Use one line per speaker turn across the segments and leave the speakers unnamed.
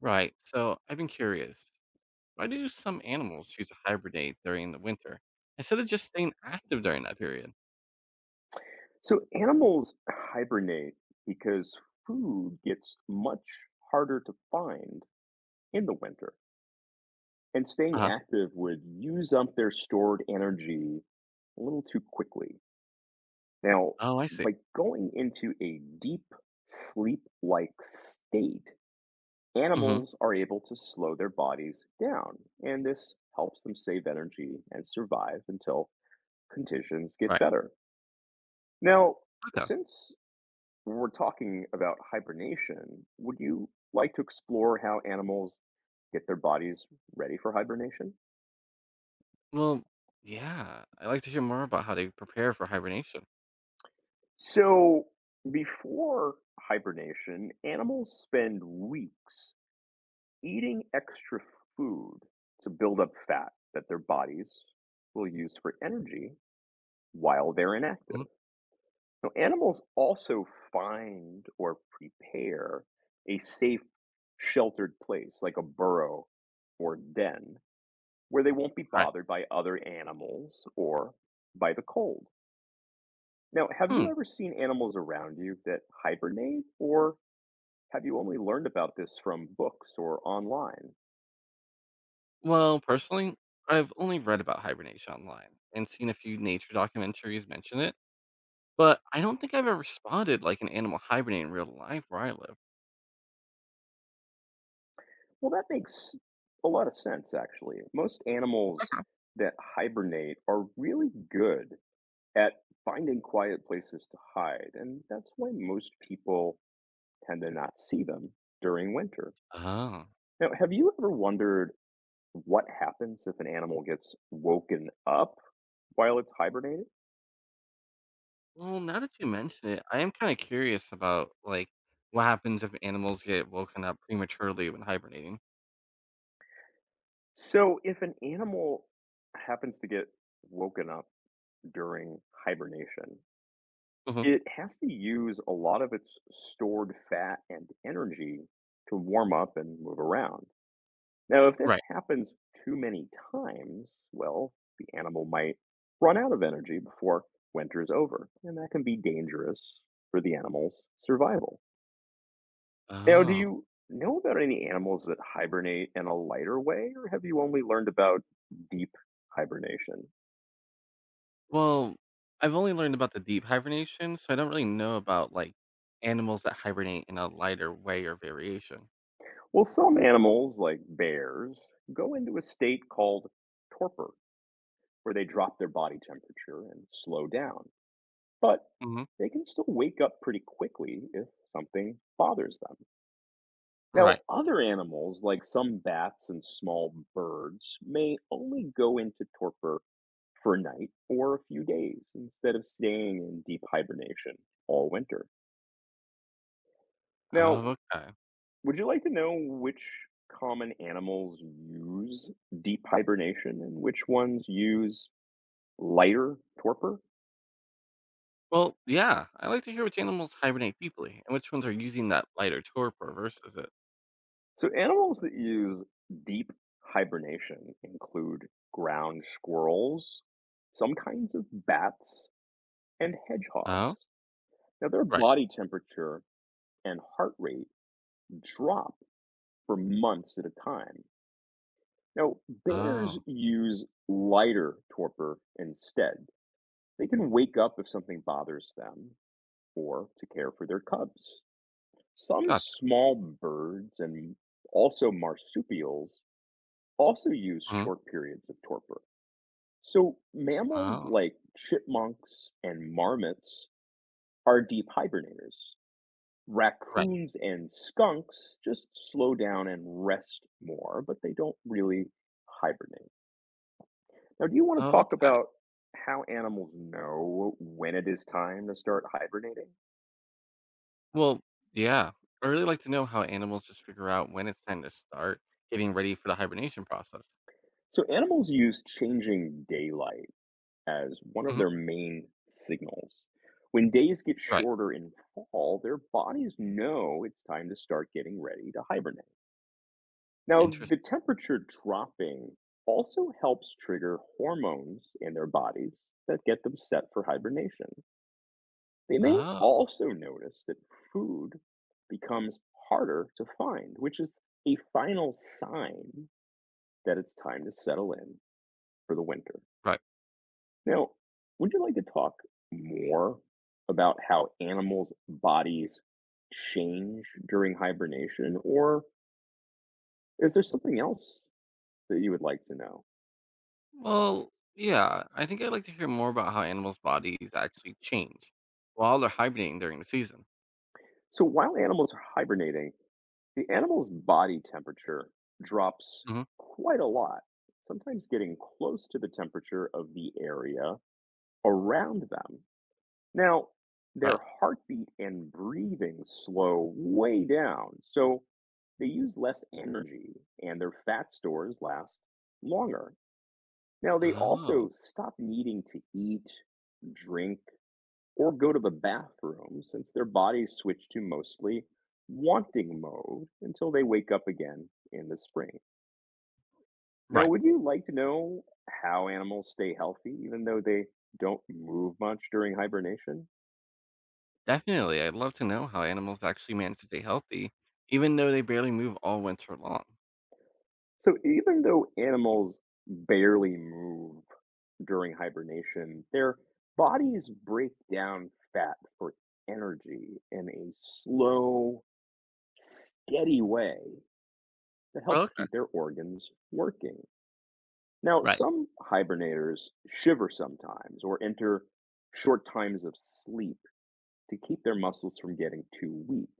Right. So I've been curious. Why do some animals choose to hibernate during the winter instead of just staying active during that period?
So animals hibernate because food gets much harder to find in the winter, and
Uh
staying
huh.
active would use up their stored energy a little too quickly. Now,
Oh, I see.
by going into a deep sleep like state,
Mm-hmm.
animals are able to slow their bodies down, and this helps them save energy and survive until conditions get
Right.
better. Now,
Okay.
since When we're talking about hibernation, would you like to explore how animals get their bodies ready for hibernation?
Well, yeah. I'd like to hear more about how they prepare for hibernation.
So, before hibernation, animals spend weeks eating extra food to build up fat that their bodies will use for energy while they're
Hmm.
inactive. Now, animals also find or prepare a safe, sheltered place like a burrow or den where they won't be
Right.
bothered by other animals or by the cold. Now, have you
Hmm.
ever seen animals around you that hibernate, or have you only learned about this from books or online?
Well, personally, I've only read about hibernation online and seen a few nature documentaries mention it, but I don't think I've ever spotted like an animal hibernating in real life where I live.
Well, that makes a lot of sense, actually. Most animals
Okay.
that hibernate are really good at finding quiet places to hide, and that's why most people tend to not see them during winter.
Oh.
Now, have you ever wondered what happens if an animal gets woken up while it's hibernating?
Well, now that you mention it, I am kind of curious about like what happens if animals get woken up prematurely when hibernating.
So if an animal happens to get woken up during hibernation,
Hmm.
it has to use a lot of its stored fat and energy to warm up and move around. Now, if this
Right.
happens too many times, well, the animal might run out of energy before winter's over, and that can be dangerous for the animal's survival. Now, do
Oh.
you know about any animals that hibernate in a lighter way, or have you only learned about deep hibernation?
Well, I've only learned about the deep hibernation, so I don't really know about like animals that hibernate in a lighter way or variation.
Well, some animals, like bears, go into a state called torpor, where they drop their body temperature and slow down, but
Hmm.
they can still wake up pretty quickly if something bothers them. Now,
Right.
other animals, like some bats and small birds, may only go into torpor for a night or a few days instead of staying in deep hibernation all winter. Now,
Oh, okay.
would you like to know which common animals use deep hibernation and which ones use lighter torpor?
Well, yeah, I like to hear which animals hibernate deeply and which ones are using that lighter torpor versus it.
So, animals that use deep hibernation include ground squirrels, some kinds of bats, and hedgehogs.
Oh.
Now, their
Right.
body temperature and heart rate drop for months at a time. Now, bears
Oh,
use lighter torpor instead. They can wake up if something bothers them or to care for their cubs. Some
gotcha.
small birds and also marsupials also use
Hmm.
short periods of torpor. So, mammals
Oh.
like chipmunks and marmots are deep hibernators.
Right.
Raccoons and skunks just slow down and rest more, but they don't really hibernate. Now, do you want to
Oh,
talk
okay.
about how animals know when it is time to start hibernating?
Well, yeah. I really like to know how animals just figure out when it's time to start getting ready for the hibernation process.
So, animals use changing daylight as one of
Hmm.
their main signals. When days get
Right.
shorter in fall, their bodies know it's time to start getting ready to hibernate. Now, the
Interesting.
temperature dropping also helps trigger hormones in their bodies that get them set for hibernation. They may
Oh,
also notice that food becomes harder to find, which is a final sign that it's time to settle in for the winter.
right.
Now, would you like to talk more about how animals' bodies change during hibernation, or is there something else that you would like to know?
Well, yeah. I think I'd like to hear more about how animals' bodies actually change while they're hibernating during the season.
So, while animals are hibernating, the animal's body temperature drops
Hmm.
quite a lot, sometimes getting close to the temperature of the area around them. Now, their
Right.
heartbeat and breathing slow way down, so they use less energy and their fat stores last longer. Now, they
Oh,
also stop needing to eat, drink, or go to the bathroom since their bodies switch to mostly wanting mode until they wake up again in the spring. Now,
right.
would you like to know how animals stay healthy even though they don't move much during hibernation?
Definitely. I'd love to know how animals actually manage to stay healthy, even though they barely move all winter long.
So, even though animals barely move during hibernation, their bodies break down fat for energy in a slow, steady way that helps
Okay.
keep their organs working. Now,
Right.
some hibernators shiver sometimes or enter short times of sleep to keep their muscles from getting too weak.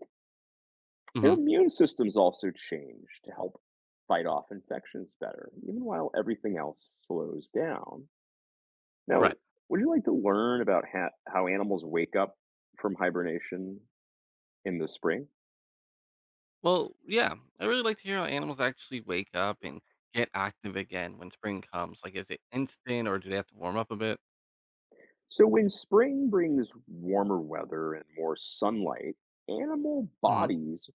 Their
Hmm.
immune systems also change to help fight off infections better, even while everything else slows down. Now,
Right.
would you like to learn about how animals wake up from hibernation in the spring?
Well, yeah, I really like to hear how animals actually wake up and get active again when spring comes. Like, is it instant or do they have to warm up a bit?
So, when spring brings warmer weather and more sunlight, animal
Hmm.
bodies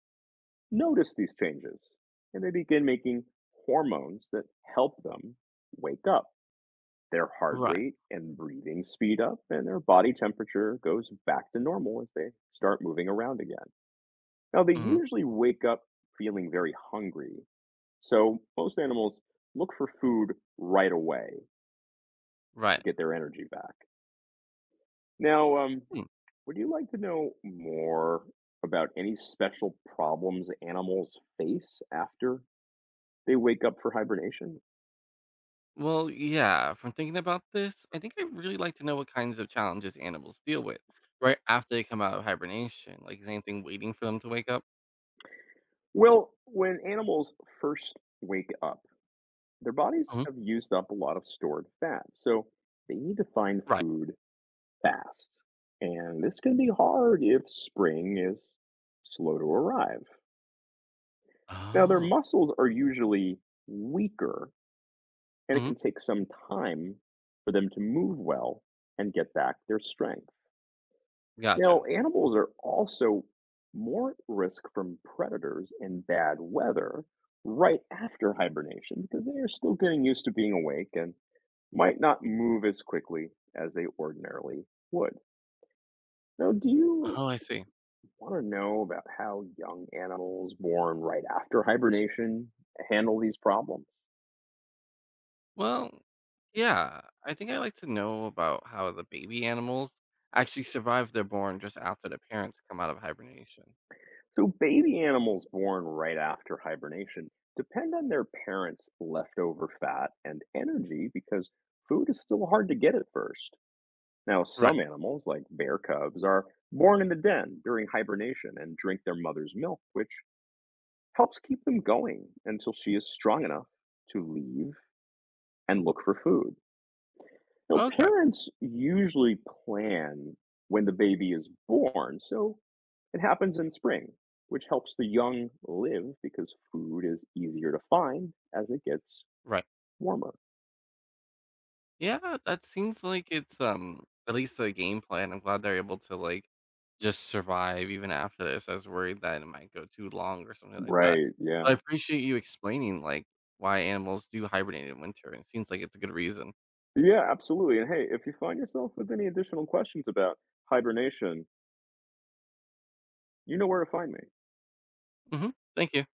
notice these changes and they begin making hormones that help them wake up. Their heart
Right.
rate and breathing speed up, and their body temperature goes back to normal as they start moving around again. Now, they
Hmm.
usually wake up feeling very hungry, so most animals look for food right away to
Right.
get their energy back. Now, um,
Hmm.
would you like to know more about any special problems animals face after they wake up for hibernation?
Well, yeah, from thinking about this, I think I really like to know what kinds of challenges animals deal with right after they come out of hibernation. Like, is anything waiting for them to wake up?
Well, when animals first wake up, their bodies
Hmm.
have used up a lot of stored fat, so they need to find
Right.
food fast. And this can be hard if spring is slow to arrive. Now, their
Oh.
muscles are usually weaker, and it
Hmm.
can take some time for them to move well and get back their strength. You know,
Gotcha.
animals are also more at risk from predators and bad weather right after hibernation because they are still getting used to being awake and might not move as quickly as they ordinarily would. Now, do you
Oh, I see.
want to know about how young animals born right after hibernation handle these problems?
Well, yeah, I think I like to know about how the baby animals actually survive their born just after the parents come out of hibernation.
So, baby animals born right after hibernation depend on their parents' leftover fat and energy because food is still hard to get at first. Now,
Right.
some animals, like bear cubs, are born in the den during hibernation and drink their mother's milk, which helps keep them going until she is strong enough to leave and look for food. Now,
Okay.
parents usually plan when the baby is born, so it happens in spring, which helps the young live because food is easier to find as it gets
Right.
warmer.
Yeah, that seems like it's at least a game plan. I'm glad they're able to like just survive even after this. I was worried that it might go too long or something like that.
Right.
But
Yeah.
I appreciate you explaining like why animals do hibernate in winter. And it seems like it's a good reason.
Yeah, absolutely. And hey, if you find yourself with any additional questions about hibernation, you know where to find me.
Hmm. Thank you.